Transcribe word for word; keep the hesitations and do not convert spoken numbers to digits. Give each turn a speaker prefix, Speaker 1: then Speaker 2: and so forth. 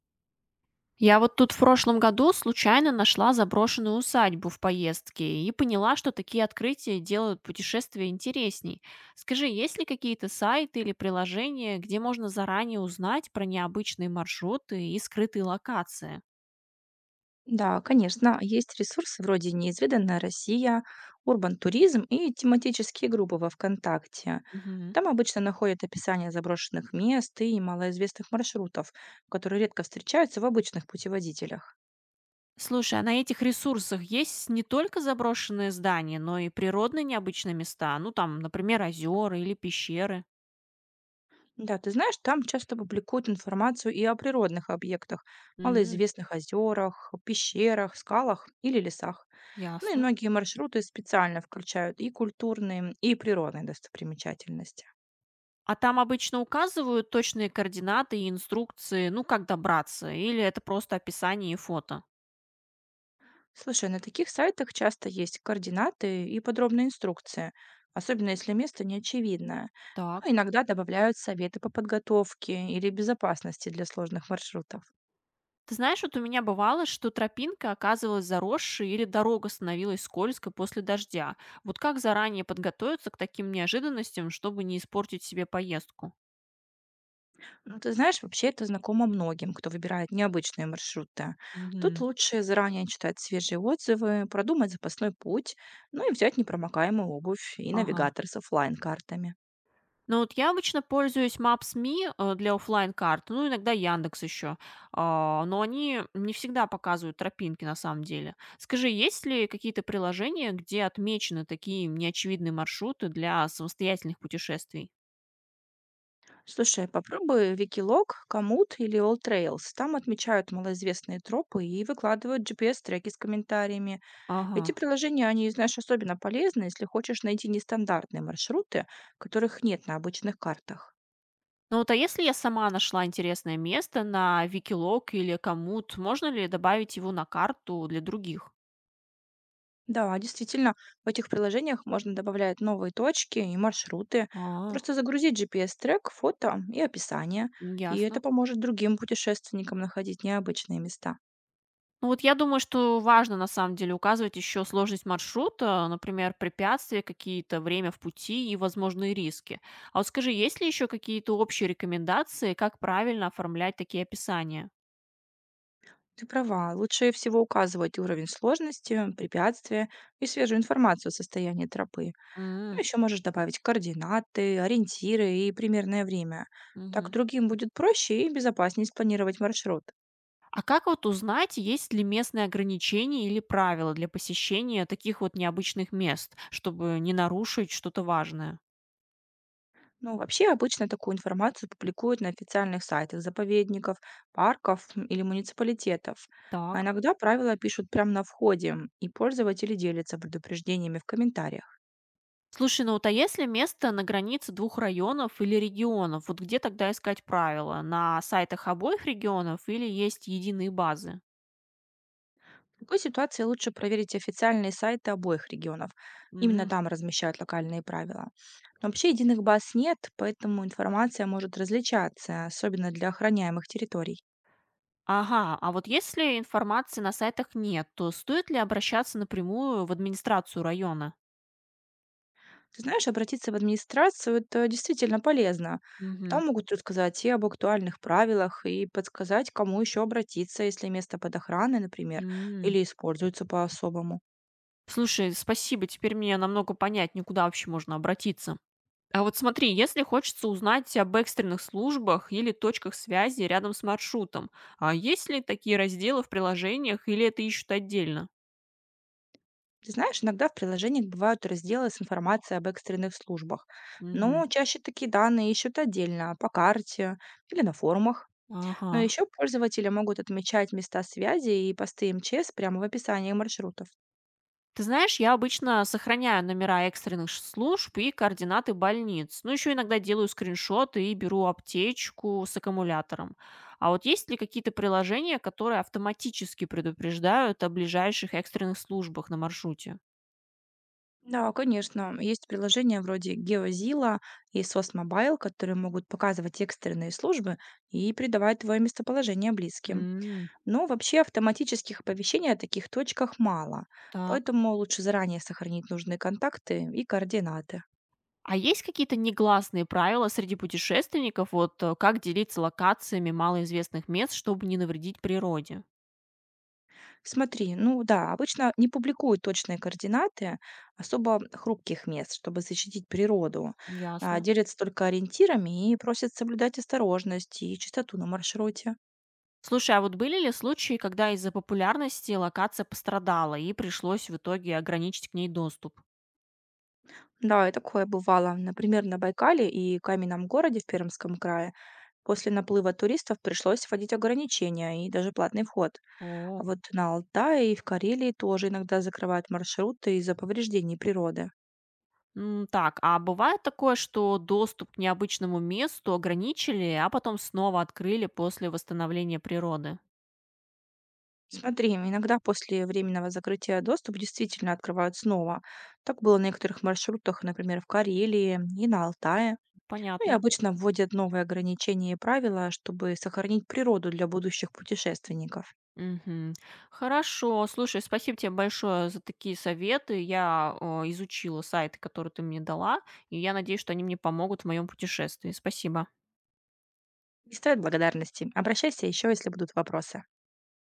Speaker 1: Я вот тут в прошлом году случайно нашла заброшенную усадьбу в поездке и поняла, что такие открытия делают путешествия интересней. Скажи, есть ли какие-то сайты или приложения, где можно заранее узнать про необычные маршруты и скрытые локации?
Speaker 2: Да, конечно, есть ресурсы вроде «Неизведанная Россия», «Урбан-туризм» и тематические группы во ВКонтакте.
Speaker 1: Мгм.
Speaker 2: Там обычно находят описание заброшенных мест и малоизвестных маршрутов, которые редко встречаются в обычных путеводителях.
Speaker 1: Слушай, а на этих ресурсах есть не только заброшенные здания, но и природные необычные места, ну там, например, озера или пещеры.
Speaker 2: Да, ты знаешь, там часто публикуют информацию и о природных объектах,
Speaker 1: М,
Speaker 2: малоизвестных озерах, пещерах, скалах или лесах. Ну и
Speaker 1: ясно.
Speaker 2: многие маршруты специально включают и культурные, и природные достопримечательности.
Speaker 1: А там обычно указывают точные координаты и инструкции, ну, как добраться, или это просто описание и фото?
Speaker 2: Слушай, на таких сайтах часто есть координаты и подробные инструкции, особенно если место не очевидное. Ну,
Speaker 1: Так.
Speaker 2: иногда добавляют советы по подготовке или безопасности для сложных маршрутов.
Speaker 1: Ты знаешь, вот у меня бывало, что тропинка оказывалась заросшей или дорога становилась скользкой после дождя. Вот как заранее подготовиться к таким неожиданностям, чтобы не испортить себе поездку?
Speaker 2: Ну, ты знаешь, вообще это знакомо многим, кто выбирает необычные маршруты. Тут
Speaker 1: Мгм.
Speaker 2: лучше заранее читать свежие отзывы, продумать запасной путь, ну и взять непромокаемую обувь и
Speaker 1: Ага.
Speaker 2: навигатор с оффлайн-картами.
Speaker 1: Ну вот я обычно пользуюсь Maps.me э, для оффлайн-карт, ну иногда Яндекс еще, А, но они не всегда показывают тропинки на самом деле. Скажи, есть ли какие-то приложения, где отмечены такие неочевидные маршруты для самостоятельных путешествий?
Speaker 2: Слушай, попробуй Викилог, Komoot или All Trails. Там отмечают малоизвестные тропы и выкладывают G P S-треки с комментариями.
Speaker 1: Ага.
Speaker 2: Эти приложения, они, знаешь, особенно полезны, если хочешь найти нестандартные маршруты, которых нет на обычных картах.
Speaker 1: Ну вот а если я сама нашла интересное место на Викилок или Коммут, можно ли добавить его на карту для других?
Speaker 2: Да, действительно, в этих приложениях можно добавлять новые точки и маршруты,
Speaker 1: А,
Speaker 2: просто загрузить G P S-трек, фото и описание, и это
Speaker 1: ясно.
Speaker 2: поможет другим путешественникам находить необычные места.
Speaker 1: Ну вот я думаю, что важно на самом деле указывать еще сложность маршрута, например, препятствия какие-то, время в пути и возможные риски. А вот скажи, есть ли еще какие-то общие рекомендации, как правильно оформлять такие описания?
Speaker 2: Ты права, лучше всего указывать уровень сложности, препятствия и свежую информацию о состоянии тропы. Ну,
Speaker 1: М,
Speaker 2: еще можешь добавить координаты, ориентиры и примерное время. Так
Speaker 1: мгм.
Speaker 2: другим будет проще и безопаснее спланировать маршрут.
Speaker 1: А как вот узнать, есть ли местные ограничения или правила для посещения таких вот необычных мест, чтобы не нарушить что-то важное?
Speaker 2: Ну, вообще, обычно такую информацию публикуют на официальных сайтах заповедников, парков м, или муниципалитетов. А
Speaker 1: Так.
Speaker 2: иногда правила пишут прямо на входе, и пользователи делятся предупреждениями в комментариях.
Speaker 1: Слушай, ну вот а если место на границе двух районов или регионов, вот где тогда искать правила? На сайтах обоих регионов или есть единые базы?
Speaker 2: В такой ситуации лучше проверить официальные сайты обоих регионов. Именно
Speaker 1: М,
Speaker 2: там размещают локальные правила. Но вообще единых баз нет, поэтому информация может различаться, особенно для охраняемых территорий.
Speaker 1: ага, а вот если информации на сайтах нет, то стоит ли обращаться напрямую в администрацию района?
Speaker 2: Ты знаешь, обратиться в администрацию — это действительно полезно.
Speaker 1: Мгм.
Speaker 2: Там могут рассказать и об актуальных правилах, и подсказать, кому еще обратиться, если место под охраной, например,
Speaker 1: М.
Speaker 2: или используется по-особому.
Speaker 1: Слушай, спасибо, теперь мне намного понятнее, куда вообще можно обратиться. А вот смотри, если хочется узнать об экстренных службах или точках связи рядом с маршрутом, а есть ли такие разделы в приложениях или это ищут отдельно?
Speaker 2: Ты знаешь, иногда в приложениях бывают разделы с информацией об экстренных службах,
Speaker 1: Мгм.
Speaker 2: но чаще такие данные ищут отдельно, по карте или на форумах.
Speaker 1: Ага.
Speaker 2: Но еще пользователи могут отмечать места связи и посты МЧС прямо в описании маршрутов.
Speaker 1: Ты знаешь, я обычно сохраняю номера экстренных ш- служб и координаты больниц. Ну, еще иногда делаю скриншоты и беру аптечку с аккумулятором. А вот есть ли какие-то приложения, которые автоматически предупреждают о ближайших экстренных службах на маршруте?
Speaker 2: Да, конечно. Есть приложения вроде GeoZilla и S O S Mobile, которые могут показывать экстренные службы и придавать твое местоположение близким.
Speaker 1: М,
Speaker 2: Но вообще автоматических оповещений о таких точках мало,
Speaker 1: так.
Speaker 2: поэтому лучше заранее сохранить нужные контакты и координаты.
Speaker 1: А есть какие-то негласные правила среди путешественников, вот э, как делиться локациями малоизвестных мест, чтобы не навредить природе?
Speaker 2: Смотри, ну да, обычно не публикуют точные координаты особо хрупких мест, чтобы защитить природу. А,
Speaker 1: Ясно.
Speaker 2: делятся только ориентирами и просят соблюдать осторожность и чистоту на маршруте.
Speaker 1: Слушай, а вот были ли случаи, когда из-за популярности локация пострадала и пришлось в итоге ограничить к ней доступ?
Speaker 2: Да, и такое бывало. Например, на Байкале и Каменном городе в Пермском крае после наплыва туристов пришлось вводить ограничения и даже платный вход. А
Speaker 1: О.
Speaker 2: вот на Алтае и в Карелии тоже иногда закрывают маршруты из-за повреждений природы.
Speaker 1: М, так, а бывает такое, что доступ к необычному месту ограничили, а потом снова открыли после восстановления природы?
Speaker 2: Смотри, иногда после временного закрытия доступ действительно открывают снова. Так было на некоторых маршрутах, например, в Карелии и на Алтае. Ну и
Speaker 1: Понятно.
Speaker 2: обычно вводят новые ограничения и правила, чтобы сохранить природу для будущих путешественников.
Speaker 1: Мгм. Хорошо. Слушай, спасибо тебе большое за такие советы. Я о, изучила сайты, которые ты мне дала, и я надеюсь, что они мне помогут в моем путешествии. Спасибо.
Speaker 2: Не стоит благодарности. Обращайся еще, если будут вопросы.